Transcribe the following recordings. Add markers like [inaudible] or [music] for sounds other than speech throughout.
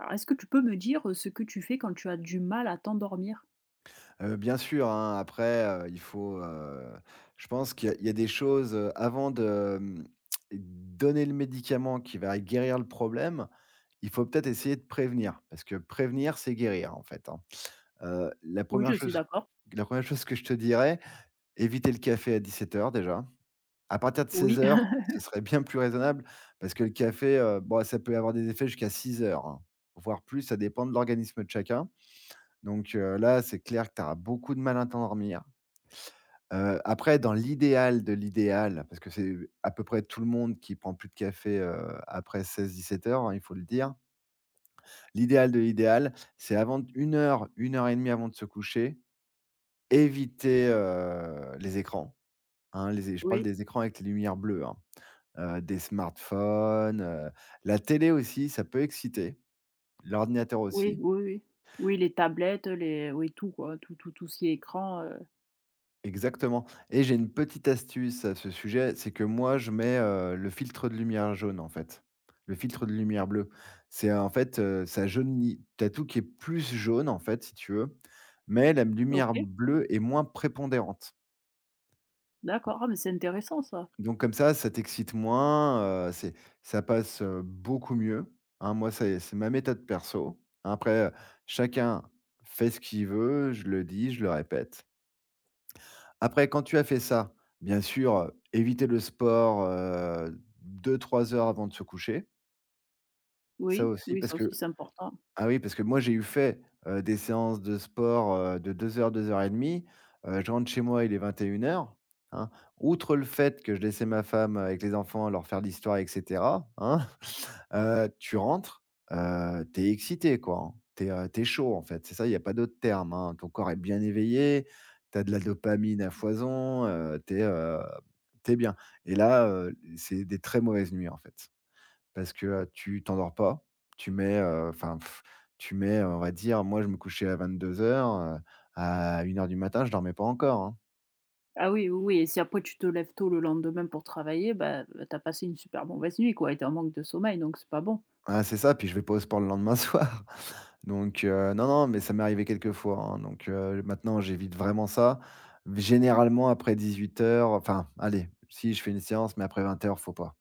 Alors, est-ce que tu peux me dire, ce que tu fais quand tu as du mal à t'endormir? Bien sûr, hein, après, il faut, je pense qu'il y a des choses, avant de, donner le médicament qui va guérir le problème, il faut peut-être essayer de prévenir, parce que prévenir, c'est guérir, en fait, hein. Heu, la Oui, première je suis chose d'accord. la première chose que je te dirais, éviter le café à 17h déjà. À partir de seize Oui, [laughs] heures, ce serait bien plus raisonnable parce que le café, bon, ça peut avoir des effets jusqu'à 18h, hein, voire plus, ça dépend de l'organisme de chacun. Donc, là, c'est clair que tu auras beaucoup de mal à t'endormir. Après, dans l'idéal de l'idéal, parce que c'est à peu près tout le monde qui prend plus de café, après 16h-17h, hein, il faut le dire. L'idéal de l'idéal, c'est avant d 1 heure, 1h30 avant de se coucher, éviter, les écrans, hein, les é je parle oui, des écrans avec les lumières bleues, hein, des smartphones, la télé aussi, ça peut exciter, l'ordinateur oui, aussi. oui, oui. Oui, les tablettes, les oui, tout quoi, tout ce qui est écran, Exactement, et j'ai une petite astuce à ce sujet, c'est que moi je mets, le filtre de lumière jaune, en fait. Le filtre de lumière bleue. C'est en fait, ça jaunit t'as tout qui est plus jaune, en fait, si tu veux, mais la lumière OK, bleue est moins prépondérante. d'accord. Ah mais c'est intéressant ça. Donc comme ça t'excite moins, c'est ça passe, beaucoup mieux, hein. Moi, ça, c'est ma méthode perso. Après, chacun fait ce qu'il veut, je le dis, je le répète. Après, quand tu as fait ça, bien sûr, éviter le sport, 2-3 heures avant de se coucher. Ça Oui, aussi, oui, parce ça que aussi c'est important. ah oui, parce que moi, j'ai eu fait, des séances de sport, de 2 heures et demie. Je rentre chez moi, il est 21h, hein. Outre le fait que je laissais ma femme avec les enfants, leur faire l'histoire etc., hein. [laughs] Tu rentres, tu es excité, quoi, hein. Tu es, chaud, en fait. C'est ça, il n'y a pas d'autre terme, hein. Ton corps est bien éveillé, tu as de la dopamine à foison, tu es, bien. Et là, c'est des très mauvaises nuits, en fait. Parce que, tu t'endors pas, tu mets, enfin, tu mets, on va dire, moi je me couchais à 22h, heures, à 1 heure du matin, je dormais pas encore, hein. Ah oui, oui, oui, et si après tu te lèves tôt le lendemain pour travailler, bah, tu passé une super mauvaise nuit quoi, et tu en manque de sommeil donc c'est pas bon. Ah, c'est ça, puis je vais pas au sport le lendemain [laughs] soir. Donc, non, non, mais ça m'est arrivé quelques fois, hein. Donc, maintenant j'évite vraiment ça. Généralement, après 18h, enfin, allez, si je fais une séance, mais après 20h faut pas.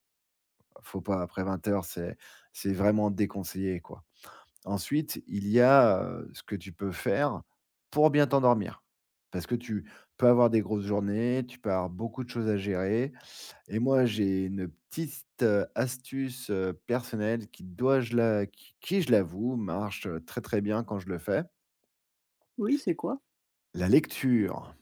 Faut pas, après 20h, c'est vraiment déconseillé, quoi. Ensuite, il y a, ce que tu peux faire pour bien t'endormir. Parce que tu peux avoir des grosses journées, tu peux avoir beaucoup de choses à gérer, et moi, j'ai une petite, astuce, personnelle qui je l'avoue marche, très, très bien quand je le fais. Oui, c'est quoi? La lecture.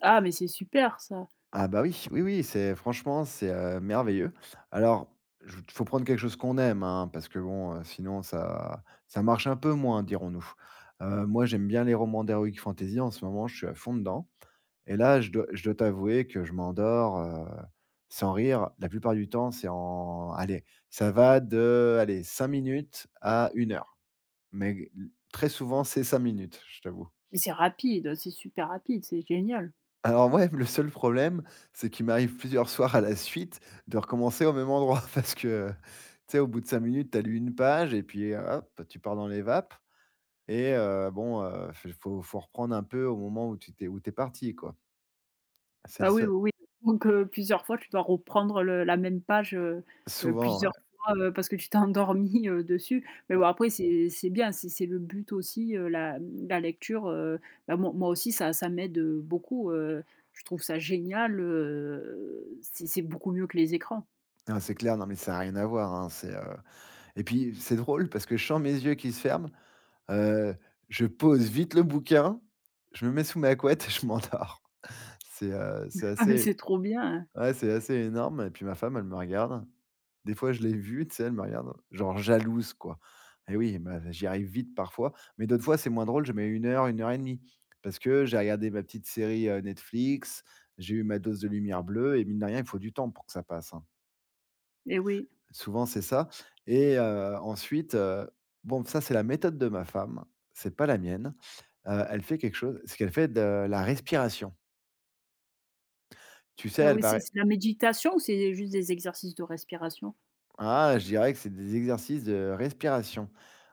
Ah mais c'est super ça. Ah bah oui, oui, oui, c'est franchement, c'est, merveilleux. Alors, je faut prendre quelque chose qu'on aime, hein, parce que bon, sinon ça marche un peu moins, dirons-nous. Moi, j'aime bien les romans d'heroic fantasy, en ce moment, je suis à fond dedans, et là, je dois t'avouer que je m'endors, sans rire, la plupart du temps, c'est en allez, ça va de, allez, 5 minutes à une heure, mais très souvent, c'est 5 minutes, je t'avoue. Mais c'est rapide, c'est super rapide, c'est génial. Alors ouais, le seul problème, c'est qu'il m'arrive plusieurs soirs à la suite de recommencer au même endroit [laughs] parce que, tu sais, au bout de 5 minutes, tu lu une page et puis hop, tu pars dans les vapes et bon, f faut faut reprendre un peu au moment où tu t'es où tu es parti, quoi. C'est le Ah oui, seul. oui, oui. Donc plusieurs fois, tu dois reprendre le la même page, Souvent, ouais. plusieurs fois, parce que tu t'es [laughs] endormi dessus. Mais bon, après, c'est bien, c'est le but aussi, la mmh, la lecture, bah, moi aussi, ça m'aide, beaucoup, je trouve ça génial, c'est beaucoup mieux que les écrans. [laughs] Non, c'est clair, non, mais ça a rien à voir, hein, et puis c'est drôle parce que je sens mes yeux qui se ferment, heu, je pose vite le bouquin, je me mets sous ma couette et je m'endors. [laughs] C'est Ah mais assez c'est trop bien! Ouais, c'est assez énorme, et puis ma femme, elle me regarde. Des fois, je l'ai vue, tu sais, elle me regarde, genre jalouse, quoi. Et oui, bah, j'y arrive vite parfois, mais d'autres fois, c'est moins drôle, je mets une heure et demie, parce que j'ai regardé ma petite série, Netflix, j'ai eu ma dose de lumière bleue et mine de rien, il faut du temps pour que ça passe, hein. Et oui. Souvent, c'est ça, et ensuite, bon, ça, c'est la méthode de ma femme, c'est pas la mienne. Elle fait quelque chose, c'est qu'elle fait de la respiration. Tu sais, Ah elle oui, va. c'est la méditation ou c'est juste des exercices de respiration? Ah, je dirais que c'est des exercices de respiration.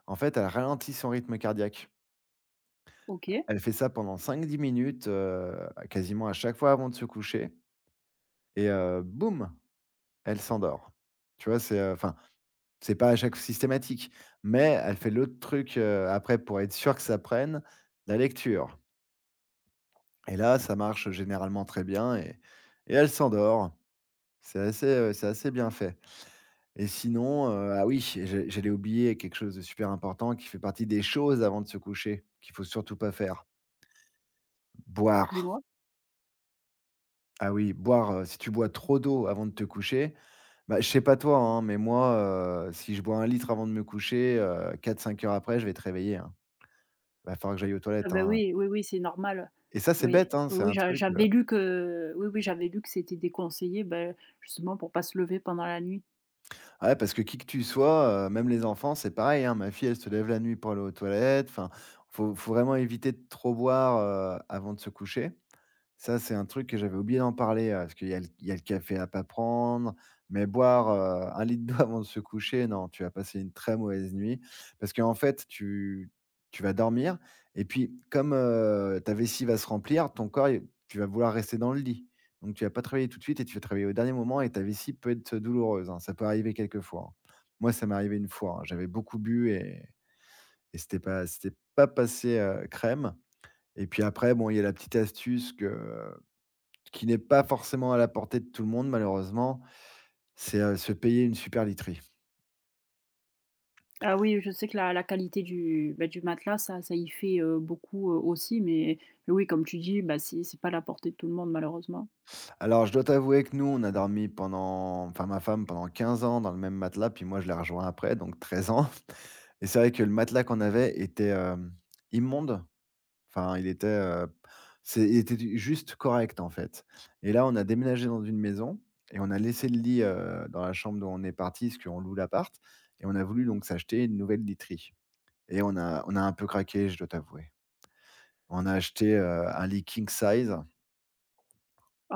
En fait, elle ralentit son rythme cardiaque. OK, Elle fait ça pendant cinq dix minutes, quasiment à chaque fois avant de se coucher, et boum, elle s'endort. Tu vois? C'est, enfin, c'est pas à chaque systématique, mais elle fait l'autre truc, après, pour être sûre que ça prenne, la lecture, et là, ça marche généralement très bien, et elle s'endort. C'est assez bien fait. Et sinon, ah oui, j'allais oublier quelque chose de super important qui fait partie des choses avant de se coucher, qu'il faut surtout pas faire, boire. dis-moi. Ah oui, boire, si tu bois trop d'eau avant de te coucher, bah, je sais pas toi, hein, mais moi, si je bois un litre avant de me coucher, quatre cinq heures après, je vais te réveiller, hein. Va falloir que j'aille aux Ah toilettes, bah, hein. oui, oui, oui, c'est normal. Et ça, c'est Oui, bête, hein, oui, c'est oui, un truc, j'avais lu que oui, oui, j'avais lu que c'était déconseillé, ben justement pour pas se lever pendant la nuit. ah ouais, parce que qui que tu sois, même les enfants, c'est pareil, hein. Ma fille, elle se lève la nuit pour aller aux toilettes. Enfin, faut vraiment éviter de trop boire, avant de se coucher. Ça, c'est un truc que j'avais oublié d'en parler, parce qu'il y a le café à pas prendre, mais boire, 1 litre d'eau [laughs] avant de se coucher, non, tu vas passer une très mauvaise nuit. Parce qu'en fait, tu vas dormir et puis comme, ta vessie va se remplir, ton corps il tu vas vouloir rester dans le lit. Donc tu vas pas travailler tout de suite et tu vas travailler au dernier moment et ta vessie peut être douloureuse, hein. Ça peut arriver quelquefois, hein. Moi, ça m'est arrivé une fois, hein. J'avais beaucoup bu, et c'était pas passé, crème, et puis après, bon, il y a la petite astuce que qui n'est pas forcément à la portée de tout le monde malheureusement, c'est, se payer une super literie. Ah oui, je sais que la qualité du, bah, du matelas, ça y fait, beaucoup, aussi, mais oui, comme tu dis, bah, c'est pas à la portée de tout le monde malheureusement. Alors, je dois t'avouer que nous, on a dormi pendant, enfin, ma femme, pendant 15 ans dans le même matelas, puis moi je l'ai rejoint après, donc 13 ans [laughs] et c'est vrai que le matelas qu'on avait était, immonde, enfin il était, c'est il était juste correct en fait, et là, on a déménagé dans une maison et on a laissé le lit, dans la chambre dont on est partis parce qu'on loue l'appart, et on a voulu donc s'acheter une nouvelle literie, et on a un peu craqué, je dois t'avouer. On a acheté, un lit king size.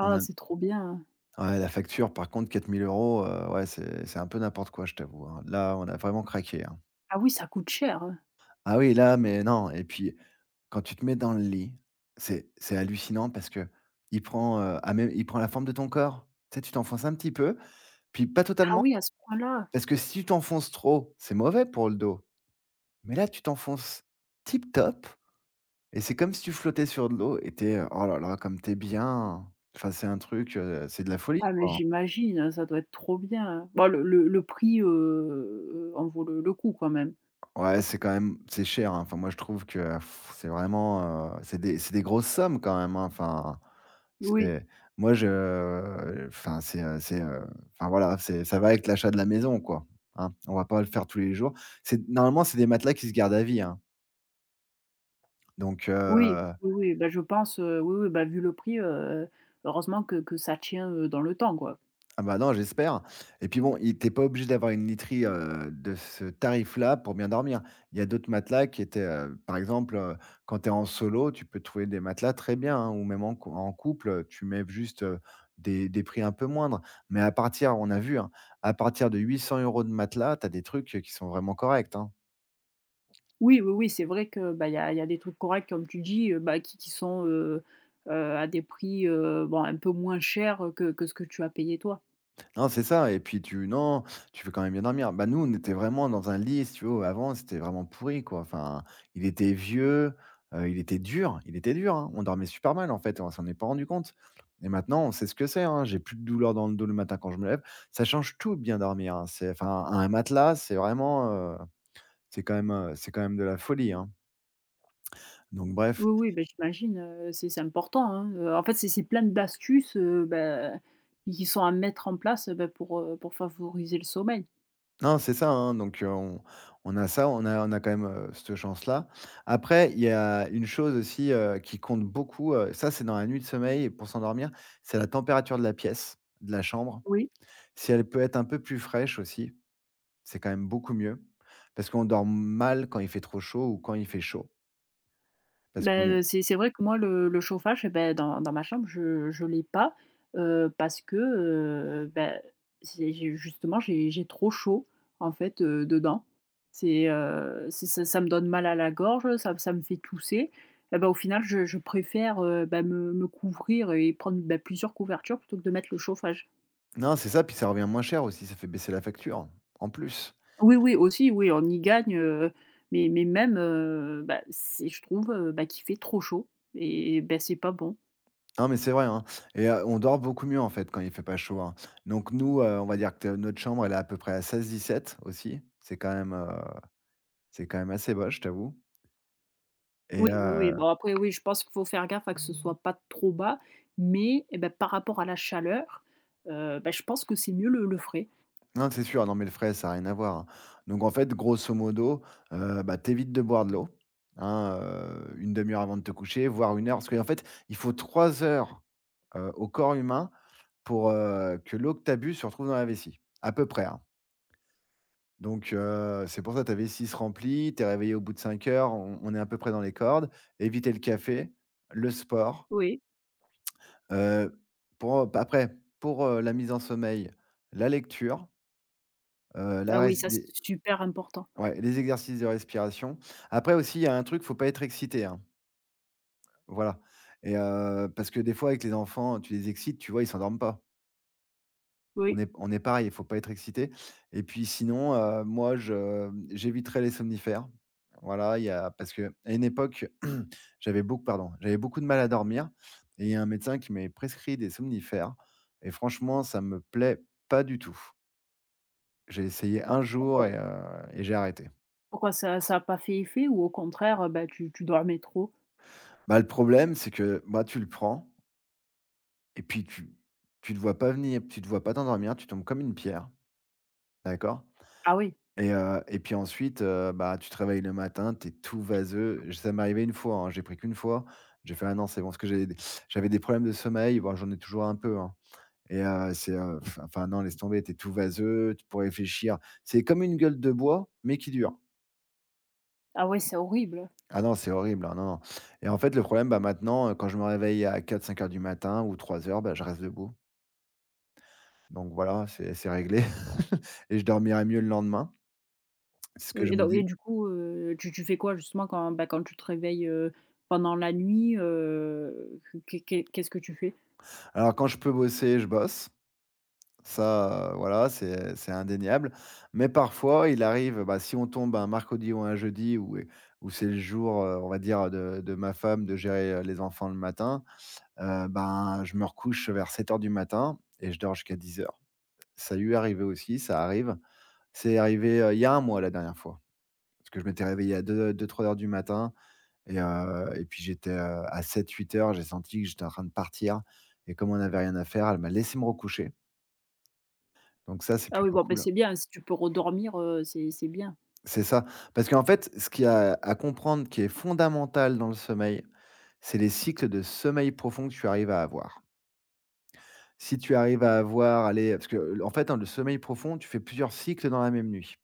On a c'est trop bien. Ouais, la facture par contre, 4 000 euros. Ouais, c'est un peu n'importe quoi, je t'avoue, hein. Là, on a vraiment craqué, hein. Ah oui, ça coûte cher, hein. Ah oui, là, mais non, et puis quand tu te mets dans le lit, c'est hallucinant parce que il prend, ah mais il prend la forme de ton corps. Tu sais, tu t'enfonces un petit peu, puis pas Ah totalement, oui, à ce point-là? parce que si tu t'enfonces trop, c'est mauvais pour le dos. Mais là, tu t'enfonces tip top, et c'est comme si tu flottais sur de l'eau, et t'es, oh là là, comme t'es bien. Enfin, c'est un truc, c'est de la folie, Ah mais quoi, hein. j'imagine, hein, ça doit être trop bien. Bon, le prix, en vaut le coup quand même. Ouais, c'est quand même c'est cher, hein. Enfin, moi, je trouve que c'est vraiment, c'est des grosses sommes quand même, hein. Enfin, Oui. c'est moi, je enfin, c'est, enfin, voilà, c'est ça va avec l'achat de la maison, quoi, hein. On va pas le faire tous les jours. C'est Normalement, c'est des matelas qui se gardent à vie, hein, donc Oui, heu oui, oui, bah, je pense, oui, oui, bah, vu le prix, heureusement que ça tient, dans le temps, quoi. Ah bah, non, j'espère, et puis bon, il tu pas obligé d'avoir une literie, de ce tarif-là pour bien dormir. Il y a d'autres matelas qui étaient, par exemple, quand tu es en solo, tu peux trouver des matelas très bien, hein, ou même en couple, tu mets juste, des prix un peu moindres. Mais à partir on a vu, hein, à partir de 800 € de matelas, tu as des trucs qui sont vraiment corrects, hein. Oui, oui, oui, c'est vrai que, bah, il y a des trucs corrects comme tu dis, bah, qui sont, à des prix, bon, un peu moins chers, que ce que tu as payé toi. Non, c'est ça. Et puis tu non, tu veux quand même bien dormir. Bah, nous, on était vraiment dans un lit, si tu veux, avant, c'était vraiment pourri, quoi. Enfin, il était vieux, il était dur, hein. On dormait super mal, en fait. On s'en est pas rendu compte et maintenant, on sait ce que c'est, hein. J'ai plus de douleur dans le dos le matin quand je me lève. Ça change tout de bien dormir, hein. C'est enfin, un matelas, c'est vraiment, c'est quand même de la folie, hein, donc bref. Oui, oui, bah, j'imagine, c'est important, hein, en fait, c'est plein d'astuces, bah, qui sont à mettre en place, bah, pour favoriser le sommeil. Non, c'est ça, hein, donc on a ça, on a quand même, cette chance-là. Après, il y a une chose aussi, qui compte beaucoup, ça, c'est dans la nuit de sommeil et pour s'endormir, c'est la température de la pièce, de la chambre. Oui. Si elle peut être un peu plus fraîche aussi, c'est quand même beaucoup mieux, parce qu'on dort mal quand il fait trop chaud ou quand il fait chaud, parce Bah, qu'on est c'est vrai que moi le chauffage et beh, dans ma chambre je l'ai pas, parce que, bah, c'est j'ai justement j'ai trop chaud en fait, dedans. C'est ça me donne mal à la gorge, ça me fait tousser et bah, au final je préfère, bah, me couvrir et prendre, bah, plusieurs couvertures plutôt que de mettre le chauffage. non, c'est ça, puis ça revient moins cher aussi, ça fait baisser la facture, en plus. Oui, oui, aussi oui, on y gagne, mais même, bah, c'est je trouve, bah, qu'il fait trop chaud et bah, c'est pas bon. Non, mais c'est vrai, hein, et on dort beaucoup mieux, en fait, quand il fait pas chaud, hein. Donc nous, on va dire que notre chambre, elle est à peu près à 16-17 aussi. C'est quand même assez bas, je t'avoue. et Oui, oui, oui. heu Bon après oui, je pense qu'il faut faire gaffe à que ce soit pas trop bas, mais et bah, par rapport à la chaleur, bah, je pense que c'est mieux le frais. non, c'est sûr. Non, mais le frais, ça a rien à voir, hein. Donc en fait, grosso modo, bah, t'évites de boire de l'eau, hein, 1/2 heure avant de te coucher, voire 1 heure, parce qu'en fait, il faut 3 heures, au corps humain pour, que l'eau que tu as bu se retrouve dans la vessie, à peu près, hein. Donc c'est pour ça que ta vessie se remplit, tu es réveillé au bout de 5 heures, on est à peu près dans les cordes. Éviter le café, le sport, Oui. heu, pour, après pour, la mise en sommeil, la lecture, la Ah res oui, ça c'est les super important. ouais, les exercices de respiration. Après aussi, il y a un truc, faut pas être excité, hein, voilà, parce que des fois avec les enfants, tu les excites, tu vois, ils s'endorment pas. On Oui. est on est pareil, il faut pas être excité, et puis sinon, moi je j'éviterai les somnifères. Voilà, il y a parce qu'à une époque, [clears throat] j'avais beaucoup pardon, j'avais beaucoup de mal à dormir, et il y a un médecin qui m'avait prescrit des somnifères et franchement, ça me plaît pas du tout. J'ai essayé un jour Pourquoi et j'ai arrêté. pourquoi ça a pas fait effet ou au contraire, bah, tu dormais trop? Bah, le problème, c'est que, bah, tu le prends et puis tu te vois pas venir, tu te vois pas t'endormir, tu tombes comme une pierre, d'accord? Ah oui. Et puis ensuite, bah, tu te réveilles le matin, tu es tout vaseux. J Ça m'est arrivé une fois, hein, j'ai pris qu'une fois. J'ai fait: «Ah non, c'est bon», parce que j'avais des problèmes de sommeil, bon, j'en ai toujours un peu, hein, c'est, enfin, non, laisse tomber, tu es tout vaseux, tu pour réfléchir. C'est comme une gueule de bois, mais qui dure. Ah ouais, c'est horrible. Ah non, c'est horrible, hein, non, non, et en fait, le problème, bah, maintenant, quand je me réveille à 4-5 heures du matin ou 3 heures, bah, je reste debout. Donc voilà, c'est réglé [laughs] et je dormirai mieux le lendemain, c'est ce que Oui je et me donc et dis. du coup, tu fais quoi justement quand, ben quand tu te réveilles, pendant la nuit, qu'est-ce que tu fais? Alors quand je peux bosser, je bosse. Ça, voilà, c'est indéniable. Mais parfois, il arrive, bah, si on tombe un mercredi ou un jeudi où où c'est le jour, on va dire de ma femme de gérer, les enfants le matin, ben, je me recouche vers 7 heures du matin et je dors jusqu'à 10 heures. Ça lui est arrivé aussi, ça arrive. C'est arrivé, il y a 1 mois la dernière fois, parce que je m'étais réveillé à 2 heures du matin et puis j'étais, à 7 heures. J'ai senti que j'étais en train de partir et comme on n'avait rien à faire, elle m'a laissé me recoucher. Donc ça, c'est Ah oui, plutôt bon, ben cool. c'est bien si tu peux redormir, c'est bien. C'est ça. Parce qu'en fait, ce qu'il y a à comprendre qui est fondamental dans le sommeil, c'est les cycles de sommeil profond que tu arrives à avoir. Si tu arrives à avoir, allez parce que en fait, hein, le sommeil profond, tu fais plusieurs cycles dans la même nuit.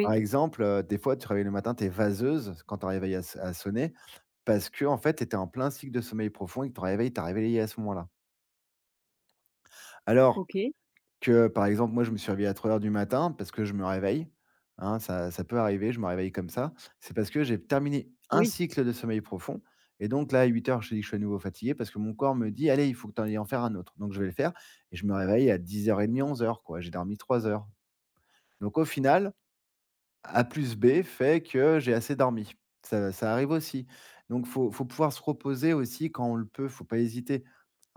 Par exemple, des fois, tu te réveilles le matin, tu es vaseuse quand ton réveil a sonné parce qu'en fait, tu étais en plein cycle de sommeil profond et que ton réveil t'a réveillé à ce moment-là. Alors OK. que, par exemple, moi, je me suis réveillé à 3 heures du matin parce que je me réveille, hein, ça peut arriver, je me réveille comme ça. C'est parce que j'ai terminé un Oui. cycle de sommeil profond, et donc là, à 8 heures je te dis que je suis à nouveau fatigué parce que mon corps me dit: «Allez, il faut que tu ailles en faire un autre». Donc je vais le faire et je me réveille à 10h30, 11 heures quoi, j'ai dormi 3 heures. Donc au final, a plus B fait que j'ai assez dormi. Ça arrive aussi. Donc faut pouvoir se reposer aussi quand on le peut, faut pas hésiter,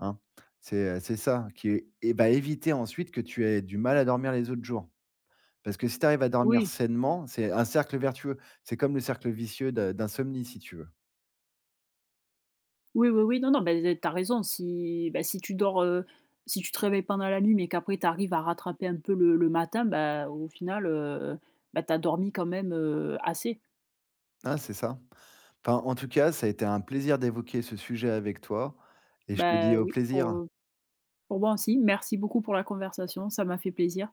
hein. C'est ça qui est, et bah, éviter ensuite que tu aies du mal à dormir les autres jours. Parce que si tu arrives à dormir Oui, sainement, c'est un cercle vertueux. C'est comme le cercle vicieux de d'insomnie si tu veux. oui, oui, oui, non, non, Ben, t'as raison. Si, ben, si tu dors, si tu te réveilles pendant la nuit, mais qu'après tu arrives à rattraper un peu le matin, ben, au final, bah, tu dormi quand même, assez. Hein, c'est ça. Enfin, en tout cas, ça a été un plaisir d'évoquer ce sujet avec toi et je te Ben dis au oui, plaisir. Pour moi aussi. Merci beaucoup pour la conversation, ça m'a fait plaisir.